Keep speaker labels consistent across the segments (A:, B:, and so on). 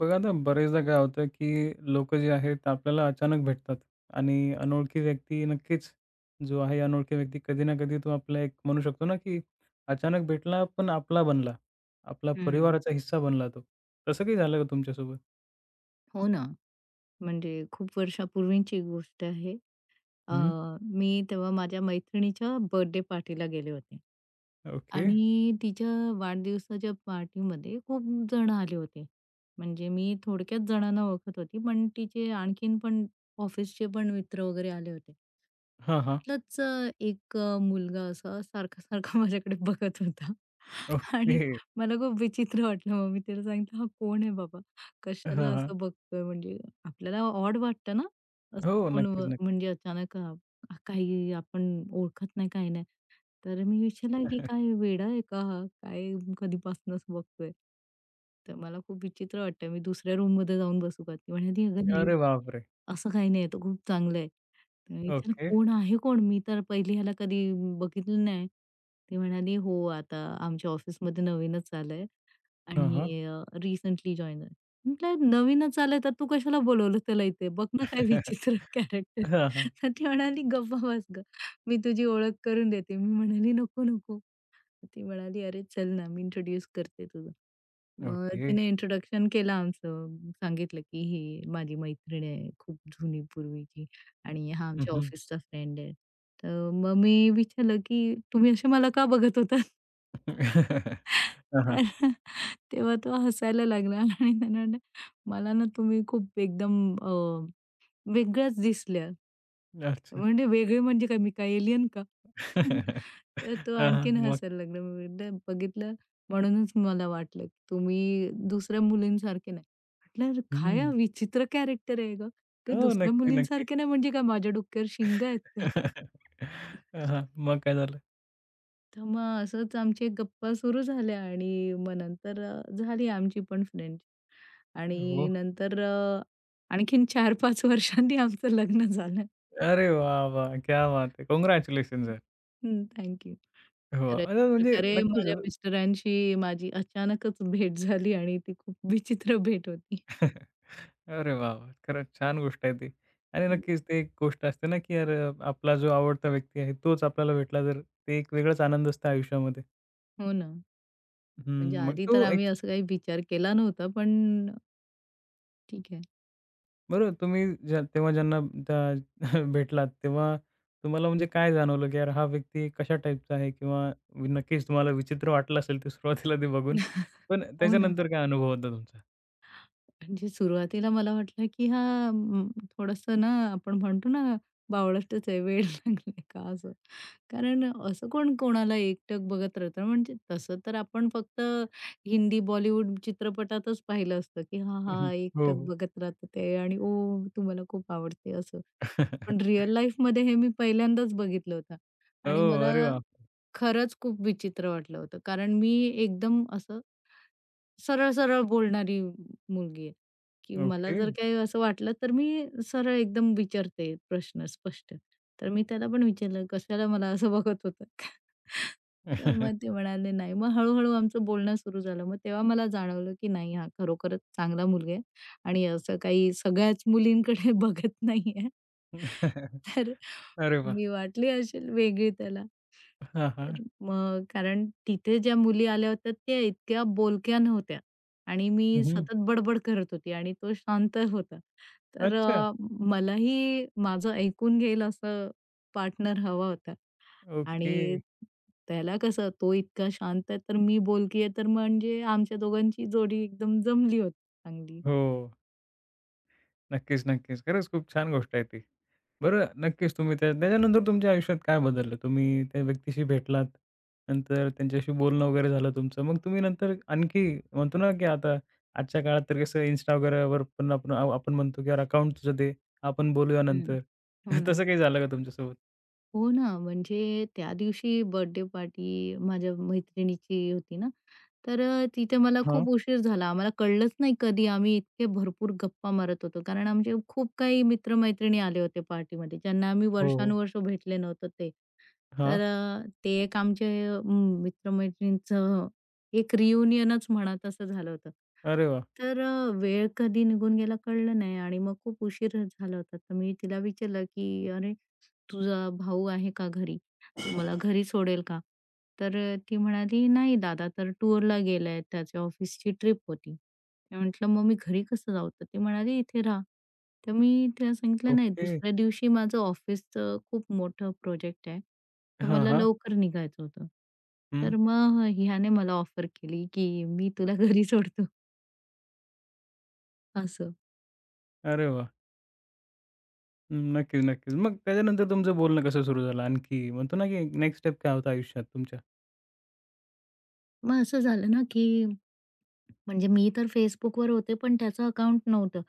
A: बघा ना, बरेचदा काय होतं, की लोकं जे आहेत आपल्याला अचानक भेटतात आणि अनोळखी व्यक्ती नक्कीच जो आहे अनोळखी व्यक्ती कधी ना कधी तो आपला एक म्हणू शकतो ना, की अचानक भेटला पण आपला बनला. आपला
B: हं.
A: परिवाराचा हिस्सा बनला तो. तसं काही झालं का तुमच्यासोबत?
B: हो ना. म्हणजे खूप वर्षापूर्वीची गोष्ट आहे. अ,
A: हं,
B: मी तेव्हा माझ्या मैत्रिणीच्या बर्थडे पार्टीला गेले होते.
A: ओके.
B: आणि तिच्या वाढदिवसाच्या पार्टीमध्ये खूप जण आले होते. म्हणजे मी थोडक्यात जणांना ओळखत होती, पण तिचे आणखीन पण ऑफिसचे पण मित्र वगैरे आले होते.
A: हां, हां.
B: त्यातलाच एक मुलगा असा सारखा-सारखा माझ्याकडे बघत होता. आणि
A: ओके.
B: मला खूप विचित्र वाटलं. मग मी त्याला सांगितलं, "हा कोण आहे बाबा? कशाला
A: हां, हां.
B: असं बघतोय?" म्हणजे आपल्याला ऑड वाटतं ना.
A: हो,
B: असं
A: नक्कीच,
B: फोनवर
A: नक्कीच.
B: म्हणजे अचानक काही आपण ओळखत नाही, काही नाही. तर मी विचारलं, की "काय वेडा आहे का हा? काय कधीपासूनच बघतोय?" तर मला खूप विचित्र वाटतंय. मी दुसऱ्या रूममध्ये जाऊन बसू का? ती म्हणाली, "अगं नाही,
A: अरे बापरे!
B: असं काही नाही. तो खूप चांगला आहे." तर मी विचारलं,
A: ओके.
B: "कोण आहे कोण? मी तर पहिली ह्याला कधी बघितलं नाही." ती म्हणाली, "हो, आता आमच्या ऑफिसमध्ये नवीनच आलाय."
A: हां, हां.
B: आणि रिसेंटली जॉइन झाली. म्हटलं, "नवीनच आलंय तर तू कशाला बोलवलं त्याला इथे? बघ ना काय विचित्र कॅरेक्टर."
A: हां, हां.
B: तर ती म्हणाली, "गप्प बस गं, मी तुझी ओळख करून देते." मी म्हणाली, "नको, नको." ती म्हणाली, "अरे चल ना, मी इंट्रोड्यूस करते तुला." मग
A: ओके.
B: तिने इंट्रोडक्शन केलं आमचं. सांगितलं की ही माझी मैत्रीण आहे, खूप जुनी पूर्वीची आणि हा
A: हं,
B: आमच्या
A: हं.
B: ऑफिसचा फ्रेंड आहे. तर मग मी विचारलं, की "तुम्ही असे मला का बघत होता?"
A: हां, हां.
B: तर तेव्हा तो हसायला लागला आणि त्याने म्हटलं, "मला ना तुम्ही खूप एकदम अ, वेगळ्याच दिसल्या."
A: अच्छा.
B: म्हणजे वेगळे म्हणजे काय, मी काय एलियन का? तर तो
A: हां, हां.
B: आणखीन
A: मग?
B: हसायला लागला. मी म्हटलं, "बघितलं म्हणूनच मला वाटलं की तुम्ही दुसऱ्या मुलींसारखे नाही." म्हटलं, "अरे "काय
A: हं.
B: हा विचित्र कॅरेक्टर आहे गं! ते
A: हो,
B: दुसऱ्या
A: नक्की, नक्की.
B: मुलींसारखे नाही म्हणजे काय माझ्या डोक्यावर शिंगा आहेत का?"
A: हां, हां. मग काय झालं?
B: तर मग असंच आमची गप्पा सुरू झाल्या आणि मग नंतर झाली आमची पण फ्रेंड आणि
A: हो.
B: नंतर आणखीन 4-5 वर्षांनी आमचं लग्न झालं.
A: अरे वाह, वाह! क्या बात है! काँग्रॅच्युलेशन्स यार.
B: हं, थँक यू.
A: हो,
B: तर अशा
A: अरे म्हणजे
B: प्रकारे
A: नक्कीच.
B: माझ्या मिस्टरांशी माझी अचानकच भेट झाली आणि ती खूप विचित्र भेट होती.
A: अरे वाह, वाह! खरंच छान गोष्ट आहे ती. आणि नक्कीच ते एक गोष्ट असते ना, की अरे आपला जो आवडता व्यक्ती आहे तोच आपल्याला भेटला तर ते एक वेगळाच आनंद असतो आयुष्यामध्ये.
B: हो ना. म्हणजे
A: हं, मग
B: आधी
A: तो
B: तर आम्ही
A: एक
B: असं काही विचार केला नव्हता, पण ठीक आहे.
A: बरोबर तुम्ही ज्या तेव्हा ज्यांना त्या भेटलात तेव्हा तुम्हाला म्हणजे काय जाणवलं, की यार हा व्यक्ती कशा टाईपचा आहे? किंवा नक्कीच तुम्हाला विचित्र वाटलं असेल ते सुरुवातीला ते बघून. पण
B: हो ना.
A: त्याच्यानंतर काय अनुभव होता तुमचा?
B: म्हणजे सुरुवातीला मला वाटलं की हा अं, थोडंसं ना आपण म्हणतो ना बावळटच आहे, वेड लागलंय का असं. कारण असं कोण कोणाला एकटक बघत राहतं. म्हणजे तसं तर आपण फक्त हिंदी, बॉलिवूड चित्रपटातच पाहिलं असतं की हा हां,
A: हो,
B: एकटक
A: हो.
B: बघत राहतं ते आणि ओ तुम्हाला खूप आवडते असं. पण रिअल लाईफमध्ये हे मी पहिल्यांदाच बघितलं होतं आणि
A: ओह!
B: मला
A: अरे वाह!
B: खरंच खूप विचित्र वाटलं होतं. कारण मी एकदम असं सरळ-सरळ बोलणारी मुलगी आहे, की मला
A: ओके.
B: जर काही असं वाटलं, तर मी सरळ एकदम विचारते प्रश्न स्पष्ट. तर मी त्याला पण विचारलं, "कशाला मला असं बघत होतात तर मग ते म्हणाले, "नाही." मग हळू आमचं बोलणं सुरू झालं. मग तेव्हा मला जाणवलं, की नाही हा खरोखरच चांगला मुलगा आहे. आणि असं काही सगळ्याच मुलींकडे बघत नाहीये. तर
A: अरे वाह!
B: मी वाटली असेल वेगळी त्याला.
A: हां,
B: तर
A: हां.
B: मग कारण तिथे ज्या मुली आल्या होत्या त्या इतक्या बोलक्या नव्हत्या आणि मी
A: हं, हं.
B: सतत बडबड करत होती आणि तो शांत होता. तर
A: अच्छा.
B: मलाही माझं ऐकून घेईल असं पार्टनर हवा होता
A: ओके.
B: आणि त्याला कसं तो इतका शांत आहे, तर मी बोलकी आहे, तर म्हणजे आमच्या दोघांची जोडी एकदम जमली होती चांगली.
A: हो. नक्कीच, नक्कीच. खरंच खूप छान गोष्ट आहे ती. बरं, नक्कीच तुम्ही त्या त्याच्यानंतर तुमच्या आयुष्यात काय बदललं? तुम्ही त्या व्यक्तीशी भेटलात, नंतर त्यांच्याशी बोलणं वगैरे झालं तुमचं. मग तुम्ही नंतर आणखी म्हणतो ना, की आता आजच्या काळात तर कसं Insta वगैरेवर पण आपण आपण म्हणतो, की "यार अकाउंट तुझं दे, आपण बोलूया
B: हं.
A: नंतर."
B: हो ना.
A: तसं काही झालं का तुमच्यासोबत?
B: हो ना. म्हणजे त्या दिवशी बर्थडे पार्टी माझ्या मैत्रिणीची होती ना, तर तिथे मला
A: हां.
B: खूप उशीर झाला. आम्हाला कळलंच नाही कधी. आम्ही इतके भरपूर गप्पा मारत होतो. कारण आमचे खूप काही मित्र-मैत्रिणी आले होते पार्टीमध्ये, ज्यांना आम्ही
A: हो, हो.
B: वर्षानुवर्ष भेटले नव्हतो ते.
A: हां.
B: तर ते एक आमचे मित्र एक रियुनियनच म्हणा तसं झालं होतं.
A: अरे वाह!
B: तर वेळ कधी निघून गेला कळलं नाही आणि मग खूप उशीर झाला होता. तर मी तिला विचारलं, की "अरे तुझा भाऊ आहे का घरी? तो मला घरी सोडेल का? तर ती म्हणाली, "नाही दादा तर टूरला गेलाय, त्याच्या ऑफिसची ट्रिप होती." मी म्हटलं, "मग मी घरी कसं जाऊ?" तर ती म्हणाली, "इथे राहा." तर मी तिला सांगितलं, "नाही
A: ओके.
B: दुसऱ्या दिवशी माझं ऑफिसचं खूप मोठं प्रोजेक्ट आहे, तर
A: हां,
B: मला
A: हां.
B: लवकर निघायचं होतं."
A: हं.
B: तर मग ह्याने मला ऑफर केली, की "मी तुला घरी सोडतो." असं.
A: अरे वाह! हं, नक्कीच, नक्कीच. मग त्याच्यानंतर तुमचं बोलणं कसं सुरू झालं? आणखी म्हणतो ना, की नेक्स्ट स्टेप काय होता आयुष्यात तुमच्या?
B: मग असं झालं ना, की म्हणजे मी तर Facebookवर होते, पण त्याचं अकाउंट नव्हतं.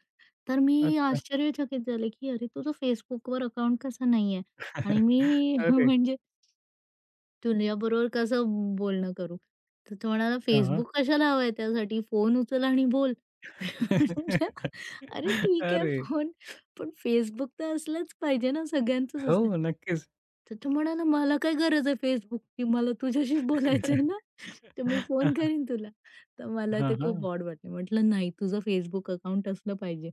B: तर मी
A: अच्छा.
B: आश्चर्यचकित झाले, की "अरे, तुझं Facebookवर अकाउंट कसं नाहीये?" आणि मी
A: अरे!
B: म्हणजे तुझ्याबरोबर कसं बोलणं करू? तर तो म्हणाला,
A: हां,
B: "Facebook कशाला हवाय त्यासाठी? फोन उचल आणि बोल." म्हटलं, "अरे, ठीक आहे
A: अरे!
B: फोन, पण Facebook तर असलंच पाहिजे ना, सगळ्यांचंच
A: हो,
B: असतं."
A: नक्कीच.
B: तर तो म्हणाला, "मला काय गरज आहे Facebookची? मला तुझ्याशीच बोलायचंय ना, तर मी
A: हां,
B: फोन
A: हां.
B: करीन तुला." तर मला
A: हां,
B: ते
A: हां.
B: खूप ऑड वाटलं. म्हटलं, "नाही, तुझं Facebook अकाउंट असलं पाहिजे."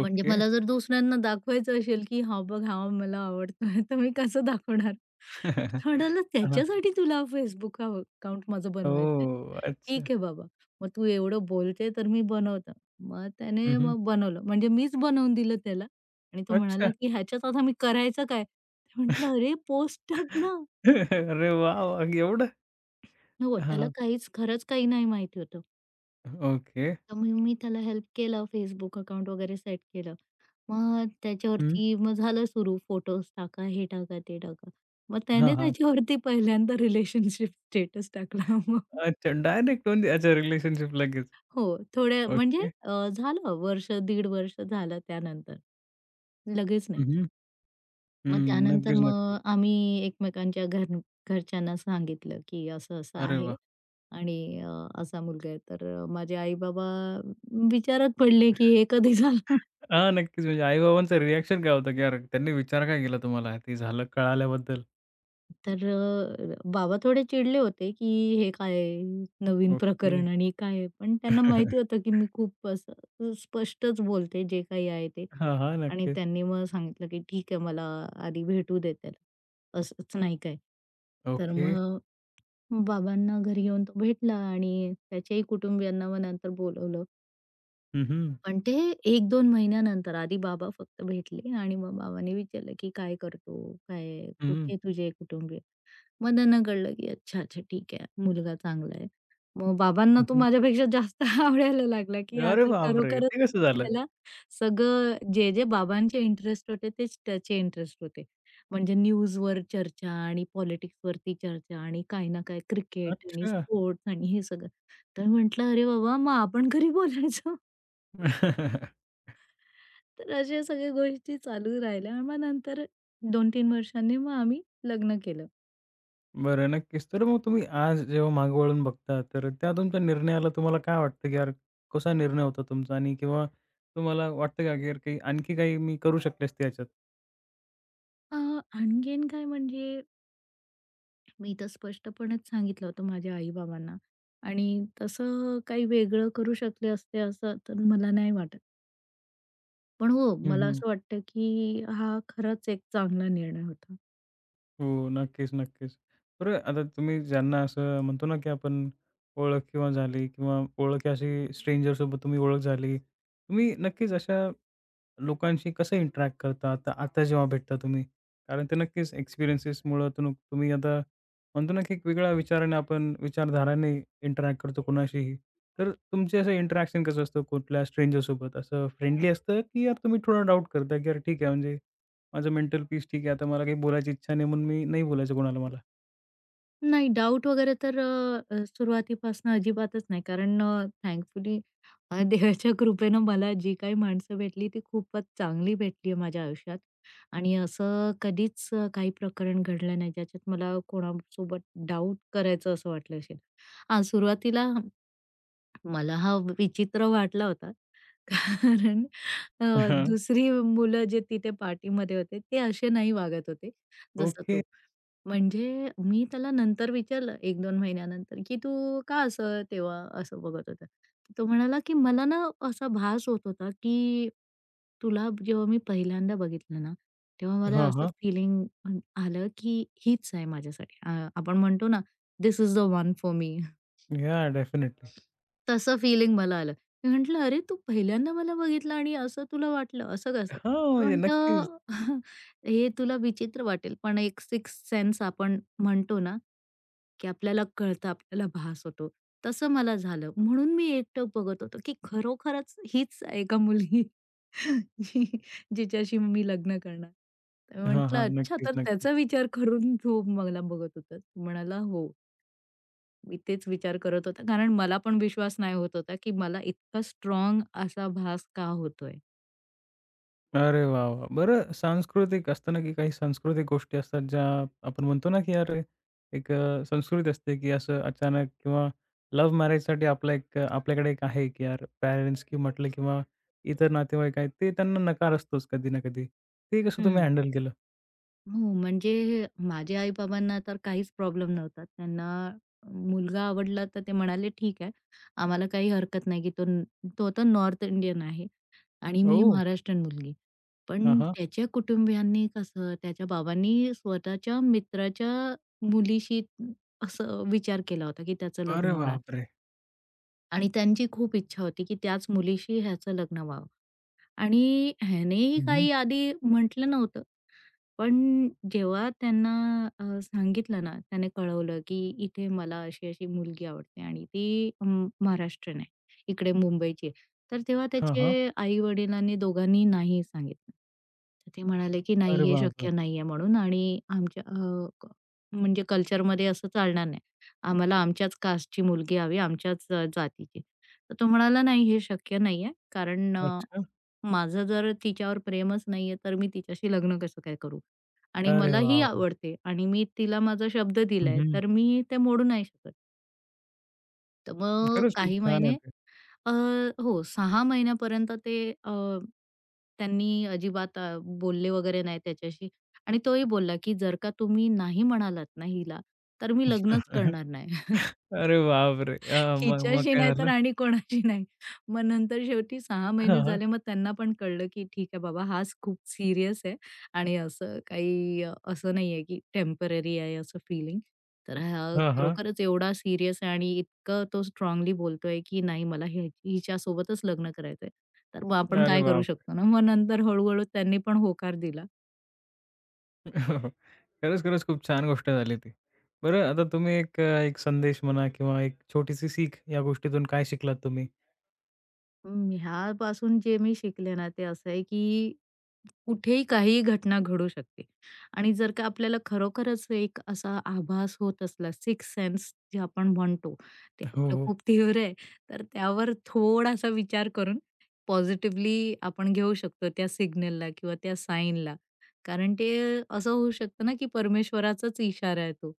B: म्हणजे
A: ओके.
B: मला जर दुसऱ्यांना दाखवायचं असेल, की हा बघ हा मला आवडतोय, तर मी कसं दाखवणार? म्हणाला,
A: हां, हां.
B: "त्याच्यासाठी तुला Facebook अकाउंट माझं बनवायचंय?
A: ओह! अच्छा.
B: ठीक आहे बाबा, मग तू एवढं बोलते तर मी बनवतो." मग त्याने
A: हं,
B: मग बनवलं. म्हणजे मीच बनवून दिलं त्याला आणि तो म्हणाला,
A: अच्छा.
B: की "ह्याच्यात आता मी करायचं काय?" म्हटलं, "अरे पोस्ट टाक ना."
A: अरे वाह! वाह! एवढं?
B: हो, त्याला
A: हां,
B: काहीच खरंच काही नाही माहिती होतं.
A: ओके.
B: तर मग मी त्याला हेल्प केलं, Facebook अकाउंट वगैरे सेट केलं. मग
A: हं.
B: त्याच्यावरती मग झालं सुरू फोटोज टाका, हे टाका, ते टाका. मग
A: हां,
B: त्याने
A: हां.
B: त्याच्यावरती पहिल्यांदा रिलेशनशिप स्टेटस टाकला मग.
A: अच्छा डायरेक्ट म्हणजे अच्छा रिलेशनशिप लगेच.
B: हो, थोड्या म्हणजे
A: ओके.
B: झालं वर्ष, दीड वर्ष झालं त्यानंतर. लगेच
A: हं,
B: नाही.
A: हं.
B: मग त्यानंतर
A: नक्कीच, नक्कीच.
B: मग आम्ही एकमेकांच्या घर घरच्यांना सांगितलं, की असं-असं
A: अरे
B: आहे
A: वाह!
B: आणि असा मुलगा आहे. तर माझे आई-बाबा विचारात पडले, की हे कधी झालं?
A: हां, नक्कीच. म्हणजे आई-बाबांचं रिएक्शन काय होतं, की यार त्यांनी विचार काय केला तुम्हाला? ते झालं कळाल्याबद्दल?
B: तर बाबा थोडे चिडले होते, की हे काय नवीन
A: ओके.
B: प्रकरण आणि काय पण त्यांना माहिती होतं, की मी खूप असं स्पष्टच बोलते जे काही आहे ते.
A: हां, हां.
B: आणि
A: नक्कीच.
B: त्यांनी मग सांगितलं, की "ठीक आहे, मला आधी भेटू दे त्याला, असंच नाही काय." तर
A: ओके.
B: मग बाबांना घरी येऊन तो भेटला आणि त्याच्याही कुटुंबियांना मग नंतर बोलवलं.
A: हं, हं.
B: पण ते 1-2 महिन्यानंतर. आधी बाबा फक्त भेटले आणि मग बाबांनी विचारलं, की "काय करतो? काय
A: हं.
B: कुठे तुझे कुटुंबीय?" मग त्यांना कळलं, की अच्छा, अच्छा ठीक आहे. मुलगा चांगला आहे. मग बाबांना
A: हं,
B: तो
A: हं.
B: माझ्यापेक्षा जास्त आवडायला लागला, की हा
A: अरे
B: तर
A: बापरे!
B: खरोखरच
A: ते कसं झालं?
B: ह्याला सगळं जे बाबांचे इंटरेस्ट होते तेच त्याचे इंटरेस्ट होते. म्हणजे न्यूजवर चर्चा आणि पॉलिटिक्सवरती चर्चा आणि काही ना काही क्रिकेट आणि
A: अच्छा.
B: स्पोर्ट्स आणि हे सगळं. तर म्हटलं, "अरे बाबा, मग आपण घरी बोलायचो." तर अशा सगळ्या गोष्टी चालू राहिल्या. आणि मग नंतर 2-3 वर्षांनी मग आम्ही लग्न केलं.
A: बरं, नक्कीच. तर मग तुम्ही आज जेव्हा मागे वळून बघता, तर त्या तुमच्या निर्णयाला तुम्हाला काय वाटतं, की यार कसा निर्णय होता तुमचा? आणि किंवा तुम्हाला वाटतं का, की यार काही आणखी काही मी करू शकले असते याच्यात?
B: अ, आणखीन काय म्हणजे मी तर स्पष्टपणेच सांगितलं होतं माझ्या आई-बाबांना आणि तसं काही वेगळं करू शकले असते असं तर मला नाही वाटत. पण हो,
A: हं,
B: मला
A: हं.
B: असं वाटतं की हा खरंच एक चांगला निर्णय होता.
A: हो, नक्कीच, नक्कीच. बरं, आता तुम्ही ज्यांना असं म्हणतो ना, की आपण ओळख किंवा झाली किंवा ओळख अशी स्ट्रेंजरसोबत तुम्ही ओळख झाली. तुम्ही नक्कीच अशा लोकांशी कसं इंटरॅक्ट करता आता आता जेव्हा भेटता तुम्ही? कारण ते नक्कीच एक्सपिरियन्सेसमुळं तुम्ही आता म्हणतो ना, की एक वेगळ्या विचाराने आपण विचारधाराने इंटरॅक्ट करतो कोणाशीही. तर तुमचे असं इंटरॅक्शन कसं असतं कुठल्या स्ट्रेंजरसोबत? असं फ्रेंडली असतं, की यार तुम्ही थोडं डाउट करता, की यार ठीक आहे म्हणजे माझं मेंटल पीस ठीक आहे. आता मला काही बोलायची इच्छा नाही म्हणून मी नाही बोलायचं कोणाला मला.
B: नाही डाऊट वगैरे तर अ, अ, सुरुवातीपासून अजिबातच नाही. कारण थँकफुली अ, देवाच्या कृपेनं मला जी काही माणसं भेटली ती खूपच चांगली भेटली आहे माझ्या आयुष्यात आणि असं कधीच काही प्रकरण घडलं नाही ज्याच्यात मला कोणासोबत डाऊट करायचं असं वाटलं असेल. हां, सुरुवातीला मला हा विचित्र वाटला होता. कारण
A: हां.
B: दुसरी मुलं जे तिथे पार्टीमध्ये होते, ते असे नाही वागत होते, जसा
A: ओके.
B: तो. म्हणजे मी त्याला नंतर विचारलं 1-2 महिन्यानंतर, की "तू का असं तेव्हा असं बघत होता?" तो म्हणाला, की "मला ना असा भास होत होता, की तुला जेव्हा मी पहिल्यांदा बघितलं ना, तेव्हा मला
A: हां,
B: असं
A: हां.
B: फीलिंग आलं, की हीच आहे माझ्यासाठी." आपण म्हणतो ना, "this is the one for me."
A: Yeah definitely.
B: तसं फीलिंग मला आलं. मी म्हटलं, "अरे, तू पहिल्यांदा मला बघितलं आणि असं तुला वाटलं, असं कसं?"
A: हां,
B: तो
A: म्हणजे नक्कीच.
B: म्हणतो, "हे तुला विचित्र वाटेल, पण एक सिक्स्थ सेन्स आपण म्हणतो ना, की आपल्याला कळतं, आपल्याला भास होतो, तसं मला झालं. म्हणून मी एकटक बघत होतो, की खरोखरच हीच आहे का मुलगी जी जिच्याशी मी लग्न करणार?"
A: हां,
B: म्हटलं,
A: हां.
B: "अच्छा,
A: नक्कीच,
B: तर
A: नक्कीच.
B: त्याचा विचार करून तू मला बघत होतास?" म्हणाला, "हो." मी तेच विचार करत होता, कारण मला पण विश्वास नाही होत होता, की मला इतका स्ट्रॉंग असा भास का होतोय?
A: अरे वाह, वाह! बरं सांस्कृतिक असताना की काही सांस्कृतिक गोष्टी असतात ज्या आपण म्हणतो ना, की अरे एक संस्कृती असते, की असं अचानक किंवा लव्ह मॅरेजसाठी आपला एक आपल्याकडे एक आहे, की यार पॅरेंट्स की म्हटलं किंवा इतर नातेवाईक आहेत, ते त्यांना नकार असतोच कधी ना कधी. ते कसं तुम्ही
B: हं.
A: हँडल केलं?
B: हो, म्हणजे माझ्या आई-बाबांना तर काहीच प्रॉब्लेम नव्हता. त्यांना मुलगा आवडला तर ते म्हणाले, "ठीक आहे, आम्हाला काही हरकत नाही, की तो तो तर नॉर्थ इंडियन आहे आणि मी
A: ओह!
B: महाराष्ट्रीयन मुलगी."
A: हां,
B: पण
A: हां.
B: त्याच्या कुटुंबियांनी कसं, त्याच्या बाबांनी स्वतःच्या मित्राच्या मुलीशी असं विचार केला होता, की त्याचं
A: अरे
B: लग्न होणार.
A: बापरे!
B: आणि त्यांची खूप इच्छा होती की त्याच मुलीशी ह्याचं लग्न व्हावं आणि ह्यानेही
A: हं, हं.
B: काही आधी म्हटलं नव्हतं. पण जेव्हा त्यांना सांगितलं ना, त्याने कळवलं, की इथे मला अशी-अशी मुलगी आवडते आणि ती महाराष्ट्रीयन आहे. इकडे मुंबईची आहे. तर तेव्हा
A: हां,
B: त्याचे आई-वडिलांनी दोघांनी नाही सांगितलं. तर ते म्हणाले, की "नाही,
A: अरे
B: हे
A: बापरे!
B: शक्य नाहीये" म्हणून आणि आमच्या अ, क म्हणजे कल्चरमध्ये असं चालणार नाही. आम्हाला आमच्याच कास्टची मुलगी हवी, आमच्याच जातीची. तर तो म्हणाला, "नाही, हे शक्य नाहीये कारण
A: अच्छा.
B: माझं जर तिच्यावर प्रेमच नाहीये, तर मी तिच्याशी लग्न कसं काय करू?" आणि
A: अरे वाह,
B: मलाही
A: वाह!
B: आवडते आणि मी तिला माझा शब्द दिलाय,
A: हं,
B: तर मी ते मोडू नाही शकत. तर मग
A: खरंच खूप
B: काही
A: छान आहे
B: महिने
A: ते.
B: अ, हो 6 महिन्यापर्यंत ते अ, त्यांनी अजिबात बोलले वगैरे नाही त्याच्याशी आणि तोही बोलला, की "जर का तुम्ही नाही म्हणालात ना हिला, तर मी लग्नच करणार नाही."
A: अरे बापरे! मग मग
B: हिच्याशी
A: काय
B: नाही तर
A: झालं?
B: आणि कोणाशी नाही. मग नंतर शेवटी 6
A: हां,
B: महिने
A: हां.
B: झाले मग त्यांना पण कळलं, की ठीक आहे बाबा हाच खूप सीरियस आहे आणि असं काही असं नाहीये, की टेम्पररी आहे असं फीलिंग. तर हा
A: हां, हां.
B: खरोखरच एवढा सीरियस आहे आणि इतकं तो स्ट्रॉंगली बोलतोय, की नाही मला हिच्यासोबतच लग्न करायचंय. तर मग आपण
A: अरे
B: काय करू
A: बाप!
B: शकतो ना. मग नंतर हळू त्यांनी पण होकार दिला.
A: खरंच, खरंच खूप छान गोष्ट झाली ती. बरं आता तुम्ही एक एक संदेश म्हणा किंवा एक छोटीशी सीख या गोष्टीतून काय शिकलात तुम्ही?
B: ह्यापासून जे मी शिकले ना, ते असं आहे की कुठेही काहीही घटना घडू शकते आणि जर का आपल्याला खरोखरच एक असा आभास होत असला, सिक्स्थ सेन्स जे आपण म्हणतो, ते
A: हो,
B: आपलं
A: हो.
B: खूप तीव्र आहे, तर त्यावर थोडासा विचार करून पॉझिटिव्हली आपण घेऊ शकतो त्या सिग्नलला किंवा त्या साइनला. कारण ते असं होऊ शकतं ना, की परमेश्वराचाच इशारा आहे तो.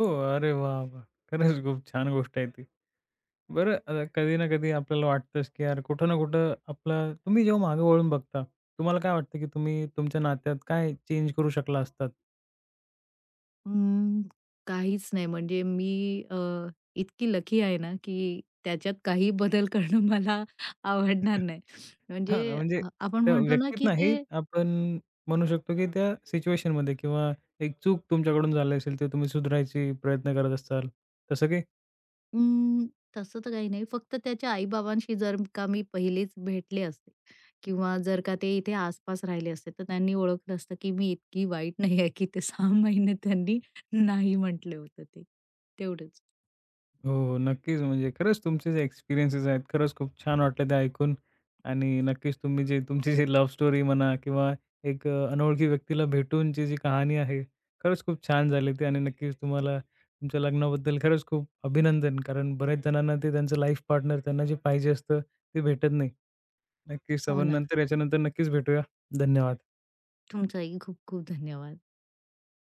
A: हो, अरे वाह, वाह! खरंच खूप छान गोष्ट आहे ती. बरं कधी ना कधी आपल्याला वाटतंच, की यार कुठं ना कुठं आपलं तुम्ही जेव्हा मागे वळून बघता, तुम्हाला काय वाटतं, की तुम्ही तुमच्या नात्यात काय चेंज करू शकला असतात?
B: अं, काहीच नाही म्हणजे मी इतकी लकी आहे ना, की त्याच्यात काही बदल करणं मला आवडणार नाही.
A: हां,
B: म्हणजे
A: म्हणजे
B: आपण
A: त्या
B: म्हणतो ना,
A: व्यक्तीत
B: की
A: नाही,
B: ते
A: आपण म्हणू शकतो की त्या सिच्युएशनमध्ये किंवा एक चूक तुमच्याकडून झाली असेल, तर तुम्ही सुधारायची प्रयत्न करत असाल, तसं काही?
B: अं, तसं तर काही नाही. फक्त त्याच्या आई-बाबांशी जर का मी पहिलेच भेटले असते किंवा जर का ते इथे आसपास राहिले असते, तर त्यांनी ओळखलं असतं, की मी इतकी वाईट नाही आहे, की ते 6 महिने त्यांनी नाही म्हटलं होतं ते. तेवढंच.
A: हो, हो, नक्कीच. म्हणजे खरंच तुमचे जे एक्सपिरियन्सेस आहेत, खरंच खूप छान वाटलं ते ऐकून आणि नक्कीच तुम्ही जे तुमची जी लव्ह स्टोरी म्हणा किंवा एक अनोळखी व्यक्तीला भेटूनची जी कहाणी आहे, खरंच खूप छान झाली ती आणि नक्कीच तुम्हाला तुमच्या लग्नाबद्दल खरंच खूप अभिनंदन. कारण बऱ्याच जणांना ते त्यांचं लाईफ पार्टनर त्यांना जे पाहिजे असतं, ते भेटत नाही. नक्कीच
B: हो
A: आपण
B: ना.
A: नंतर याच्यानंतर नक्कीच भेटूया. धन्यवाद.
B: तुमचाही खूप खूप धन्यवाद.